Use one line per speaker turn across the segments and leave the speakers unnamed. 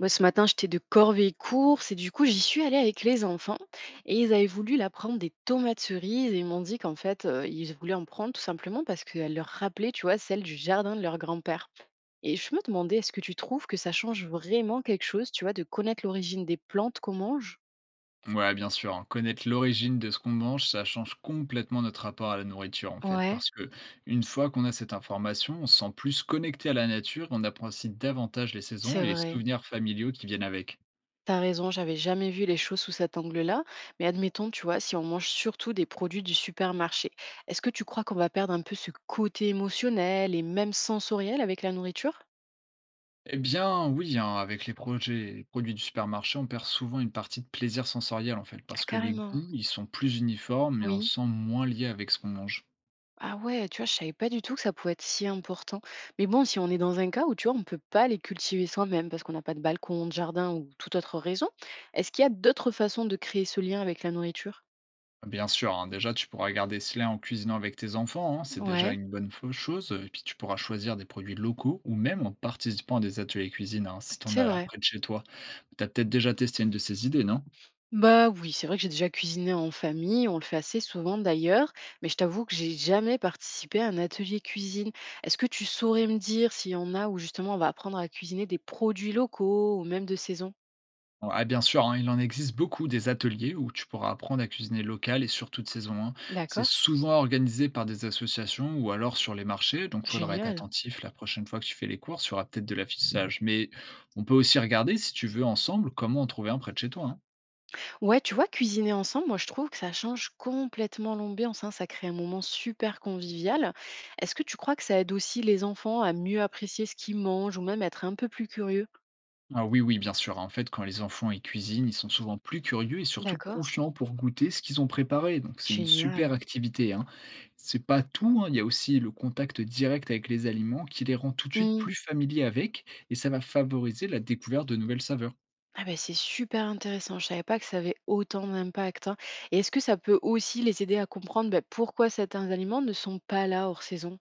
Moi, ce matin, j'étais de corvée course et du coup, j'y suis allée avec les enfants et ils avaient voulu la prendre des tomates cerises et ils m'ont dit qu'en fait, ils voulaient en prendre tout simplement parce qu'elle leur rappelait, tu vois, celle du jardin de leur grand-père. Et je me demandais, est-ce que tu trouves que ça change vraiment quelque chose, tu vois, de connaître l'origine des plantes qu'on mange.
Ouais, bien sûr, hein. Connaître l'origine de ce qu'on mange, ça change complètement notre rapport à la nourriture, en fait,
Ouais,
parce que une fois qu'on a cette information, on se sent plus connecté à la nature, on apprécie davantage les saisons
c'est
et les
vrai.
souvenirs familiaux qui viennent avec.
T'as raison, j'avais jamais vu les choses sous cet angle-là. Mais admettons, tu vois, si on mange surtout des produits du supermarché, est-ce que tu crois qu'on va perdre un peu ce côté émotionnel et même sensoriel avec la nourriture?
Eh bien, oui, hein, avec les projets, les produits du supermarché, on perd souvent une partie de plaisir sensoriel, en fait,
Ah,
parce que les
carrément.
goûts, ils sont plus uniformes et on
Oui.
se sent moins lié avec ce qu'on mange.
Ah ouais, tu vois, je savais pas du tout que ça pouvait être si important. Mais bon, si on est dans un cas où, tu vois, on peut pas les cultiver soi-même parce qu'on n'a pas de balcon, de jardin ou toute autre raison, est-ce qu'il y a d'autres façons de créer ce lien avec la nourriture?
Bien sûr, hein, déjà tu pourras garder ce lien en cuisinant avec tes enfants, hein, c'est déjà
Ouais,
une bonne chose. Et puis tu pourras choisir des produits locaux ou même en participant à des ateliers cuisine, hein, si t'en
c'est
as
vrai.
près de chez toi. Tu as peut-être déjà testé une de ces idées, non?
Bah oui, c'est vrai que j'ai déjà cuisiné en famille, on le fait assez souvent d'ailleurs, mais je t'avoue que j'ai jamais participé à un atelier cuisine. Est-ce que tu saurais me dire s'il y en a où justement on va apprendre à cuisiner des produits locaux ou même de saison?
Bon, ah bien sûr, hein, il en existe beaucoup des ateliers où tu pourras apprendre à cuisiner local et surtout de saison, hein. C'est
D'accord.
souvent organisé par des associations ou alors sur les marchés, donc faudra être
Génial.
attentif la prochaine fois que tu fais les courses, il y aura peut-être de l'affichage. Mais on peut aussi regarder si tu veux ensemble comment en trouver un près de chez toi, hein.
Ouais, tu vois, cuisiner ensemble, moi je trouve que ça change complètement l'ambiance, hein, ça crée un moment super convivial. Est-ce que tu crois que ça aide aussi les enfants à mieux apprécier ce qu'ils mangent ou même être un peu plus curieux?
Ah oui, oui, bien sûr, hein. En fait, quand les enfants y cuisinent, ils sont souvent plus curieux et surtout
D'accord.
confiants pour goûter ce qu'ils ont préparé. Donc, c'est une super
Génial.
activité, hein. C'est pas tout, hein, il y a aussi le contact direct avec les aliments qui les rend tout de suite plus familiers avec, et ça va favoriser la découverte de nouvelles saveurs.
Ah ben c'est super intéressant, je savais pas que ça avait autant d'impact, hein. Et est-ce que ça peut aussi les aider à comprendre, bah, pourquoi certains aliments ne sont pas là hors saison?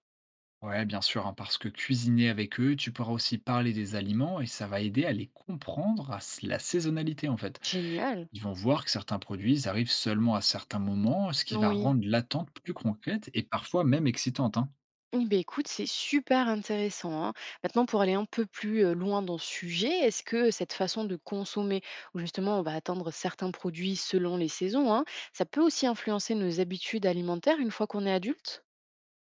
Ouais, bien sûr, hein, parce que cuisiner avec eux, tu pourras aussi parler des aliments et ça va aider à les comprendre à la saisonnalité, en fait.
Génial.
Ils vont voir que certains produits ils arrivent seulement à certains moments, ce qui va
Oui.
rendre l'attente plus concrète et parfois même excitante, hein.
Eh ben écoute, c'est super intéressant, hein. Maintenant, pour aller un peu plus loin dans ce sujet, est-ce que cette façon de consommer, où justement on va attendre certains produits selon les saisons, hein, ça peut aussi influencer nos habitudes alimentaires une fois qu'on est adulte?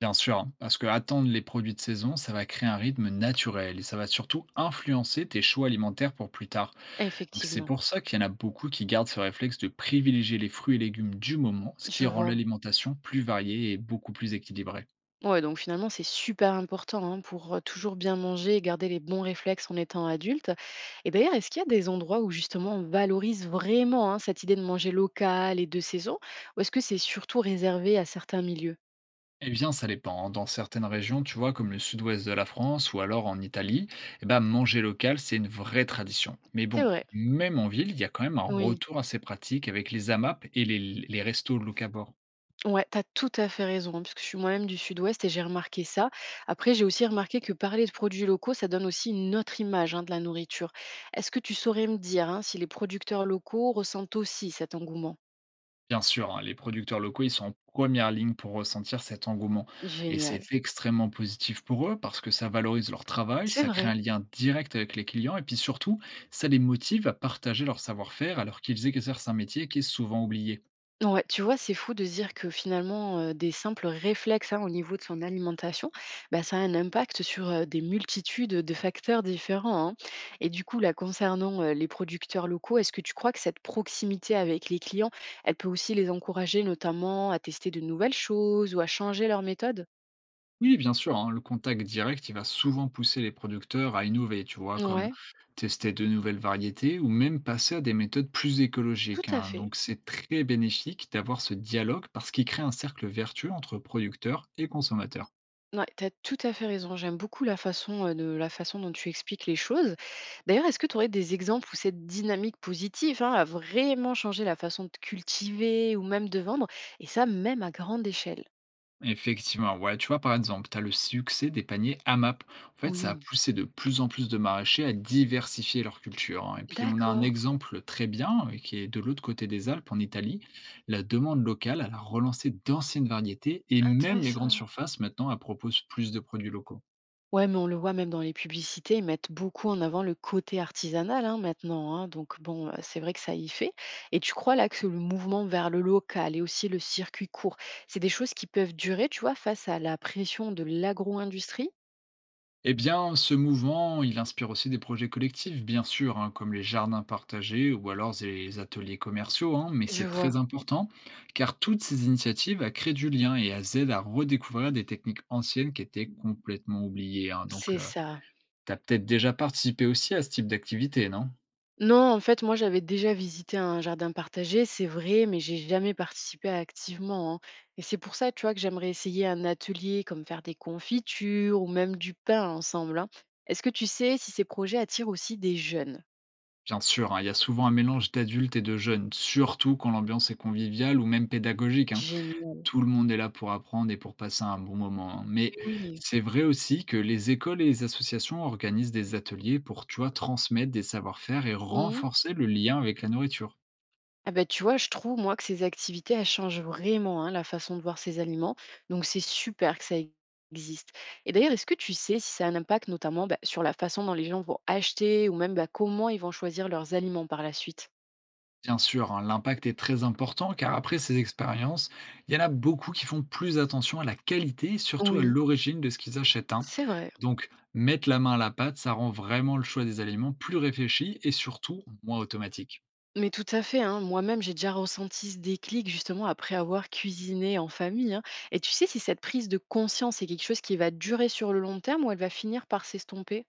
Bien sûr, hein, parce que attendre les produits de saison, ça va créer un rythme naturel et ça va surtout influencer tes choix alimentaires pour plus tard. Donc c'est
Effectivement,
pour ça qu'il y en a beaucoup qui gardent ce réflexe de privilégier les fruits et légumes du moment, ce
je
qui rend
vois.
l'alimentation plus variée et beaucoup plus équilibrée.
Ouais, donc finalement, c'est super important hein, pour toujours bien manger et garder les bons réflexes en étant adulte. Et d'ailleurs, est-ce qu'il y a des endroits où justement on valorise vraiment hein, cette idée de manger local et de saison, ou est-ce que c'est surtout réservé à certains milieux?
Eh bien, ça dépend, hein. Dans certaines régions, tu vois, comme le sud-ouest de la France ou alors en Italie, eh ben, manger local, c'est une vraie tradition. Mais
C'est
bon,
vrai,
même en ville, il y a quand même un
oui.
retour à ces pratiques avec les AMAP et les restos locavores.
Ouais, t'as tout à fait raison, hein, parce que je suis moi-même du Sud-Ouest et j'ai remarqué ça. Après, j'ai aussi remarqué que parler de produits locaux, ça donne aussi une autre image hein, de la nourriture. Est-ce que tu saurais me dire hein, si les producteurs locaux ressentent aussi cet engouement?
Bien sûr, hein, les producteurs locaux, ils sont en première ligne pour ressentir cet engouement. Et c'est
Génial.
extrêmement positif pour eux parce que ça valorise leur travail,
C'est
ça crée un
vrai.
lien direct avec les clients et puis surtout, ça les motive à partager leur savoir-faire alors qu'ils exercent un métier qui est souvent oublié.
Ouais, tu vois, c'est fou de se dire que finalement, des simples réflexes, hein, au niveau de son alimentation, bah, ça a un impact sur, des multitudes, de facteurs différents, hein. Et du coup, là, concernant, les producteurs locaux, est-ce que tu crois que cette proximité avec les clients, elle peut aussi les encourager notamment à tester de nouvelles choses ou à changer leurs méthodes?
Oui, bien sûr, hein, le contact direct, il va souvent pousser les producteurs à innover, tu vois, comme
Ouais,
tester de nouvelles variétés ou même passer à des méthodes plus
tout
écologiques,
à
hein.
fait.
Donc c'est très bénéfique d'avoir ce dialogue parce qu'il crée un cercle vertueux entre producteurs et consommateurs.
Ouais, tu as tout à fait raison. J'aime beaucoup la façon, dont tu expliques les choses. D'ailleurs, est-ce que tu aurais des exemples où cette dynamique positive, hein, a vraiment changé la façon de cultiver ou même de vendre et ça, même à grande échelle?
Effectivement, ouais, tu vois, par exemple, tu as le succès des paniers AMAP. En fait, ça a
Oui.
poussé de plus en plus de maraîchers à diversifier leur culture, hein. Et puis, on a un
D'accord,
exemple très bien qui est de l'autre côté des Alpes, en Italie. La demande locale, elle a relancé d'anciennes variétés et même les grandes
intéressant.
surfaces maintenant, elles proposent plus de produits locaux.
Ouais, mais on le voit même dans les publicités, ils mettent beaucoup en avant le côté artisanal, hein, maintenant, hein, donc bon, c'est vrai que ça y fait et tu crois là que le mouvement vers le local et aussi le circuit court, c'est des choses qui peuvent durer, tu vois, face à la pression de l'agro-industrie?
Eh bien, ce mouvement, il inspire aussi des projets collectifs, bien sûr, hein, comme les jardins partagés ou alors les ateliers commerciaux, hein, mais
Je
c'est
vois,
très important, car toutes ces initiatives a créé du lien et elles aident à redécouvrir des techniques anciennes qui étaient complètement oubliées, hein. Donc,
c'est ça.
tu as peut-être déjà participé aussi à ce type d'activité, non?
Non, en fait, moi, j'avais déjà visité un jardin partagé, c'est vrai, mais j'ai jamais participé activement, hein. Et c'est pour ça, tu vois, que j'aimerais essayer un atelier comme faire des confitures ou même du pain ensemble, hein. Est-ce que tu sais si ces projets attirent aussi des jeunes?
Bien sûr, hein, il y a souvent un mélange d'adultes et de jeunes, surtout quand l'ambiance est conviviale ou même pédagogique, hein.
Génial.
Tout le monde est là pour apprendre et pour passer un bon moment, hein. Mais
Mais oui.
c'est vrai aussi que les écoles et les associations organisent des ateliers pour, tu vois, transmettre des savoir-faire et
Mhm.
renforcer le lien avec la nourriture.
Ah bah, tu vois, je trouve, moi, que ces activités, elles changent vraiment hein, la façon de voir ces aliments. Donc, c'est super que ça existe. Et d'ailleurs, est-ce que tu sais si ça a un impact notamment bah, sur la façon dont les gens vont acheter ou même bah, comment ils vont choisir leurs aliments par la suite?
Bien sûr, hein, l'impact est très important car après ces expériences, il y en a beaucoup qui font plus attention à la qualité et surtout à
Oui,
l'origine de ce qu'ils achètent, hein.
c'est vrai.
Donc, mettre la main à la pâte, ça rend vraiment le choix des aliments plus réfléchi et surtout moins automatique.
Mais tout à fait, hein. Moi-même, j'ai déjà ressenti ce déclic justement après avoir cuisiné en famille. Hein. Et tu sais si cette prise de conscience est quelque chose qui va durer sur le long terme ou elle va finir par s'estomper?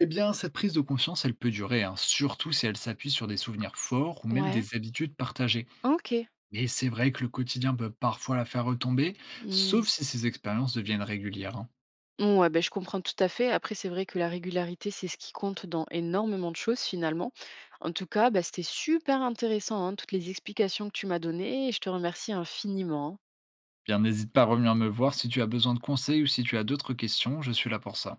Eh bien, cette prise de conscience, elle peut durer, hein, surtout si elle s'appuie sur des souvenirs forts ou même
Ouais.
des habitudes partagées.
Ok.
Mais c'est vrai que le quotidien peut parfois la faire retomber,
Mmh.
sauf si ces expériences deviennent régulières, hein.
Ouais, ben, je comprends tout à fait. Après, c'est vrai que la régularité, c'est ce qui compte dans énormément de choses finalement. En tout cas, bah, c'était super intéressant, hein, toutes les explications que tu m'as données et je te remercie infiniment. Hein.
Bien, n'hésite pas à revenir me voir si tu as besoin de conseils ou si tu as d'autres questions, je suis là pour ça.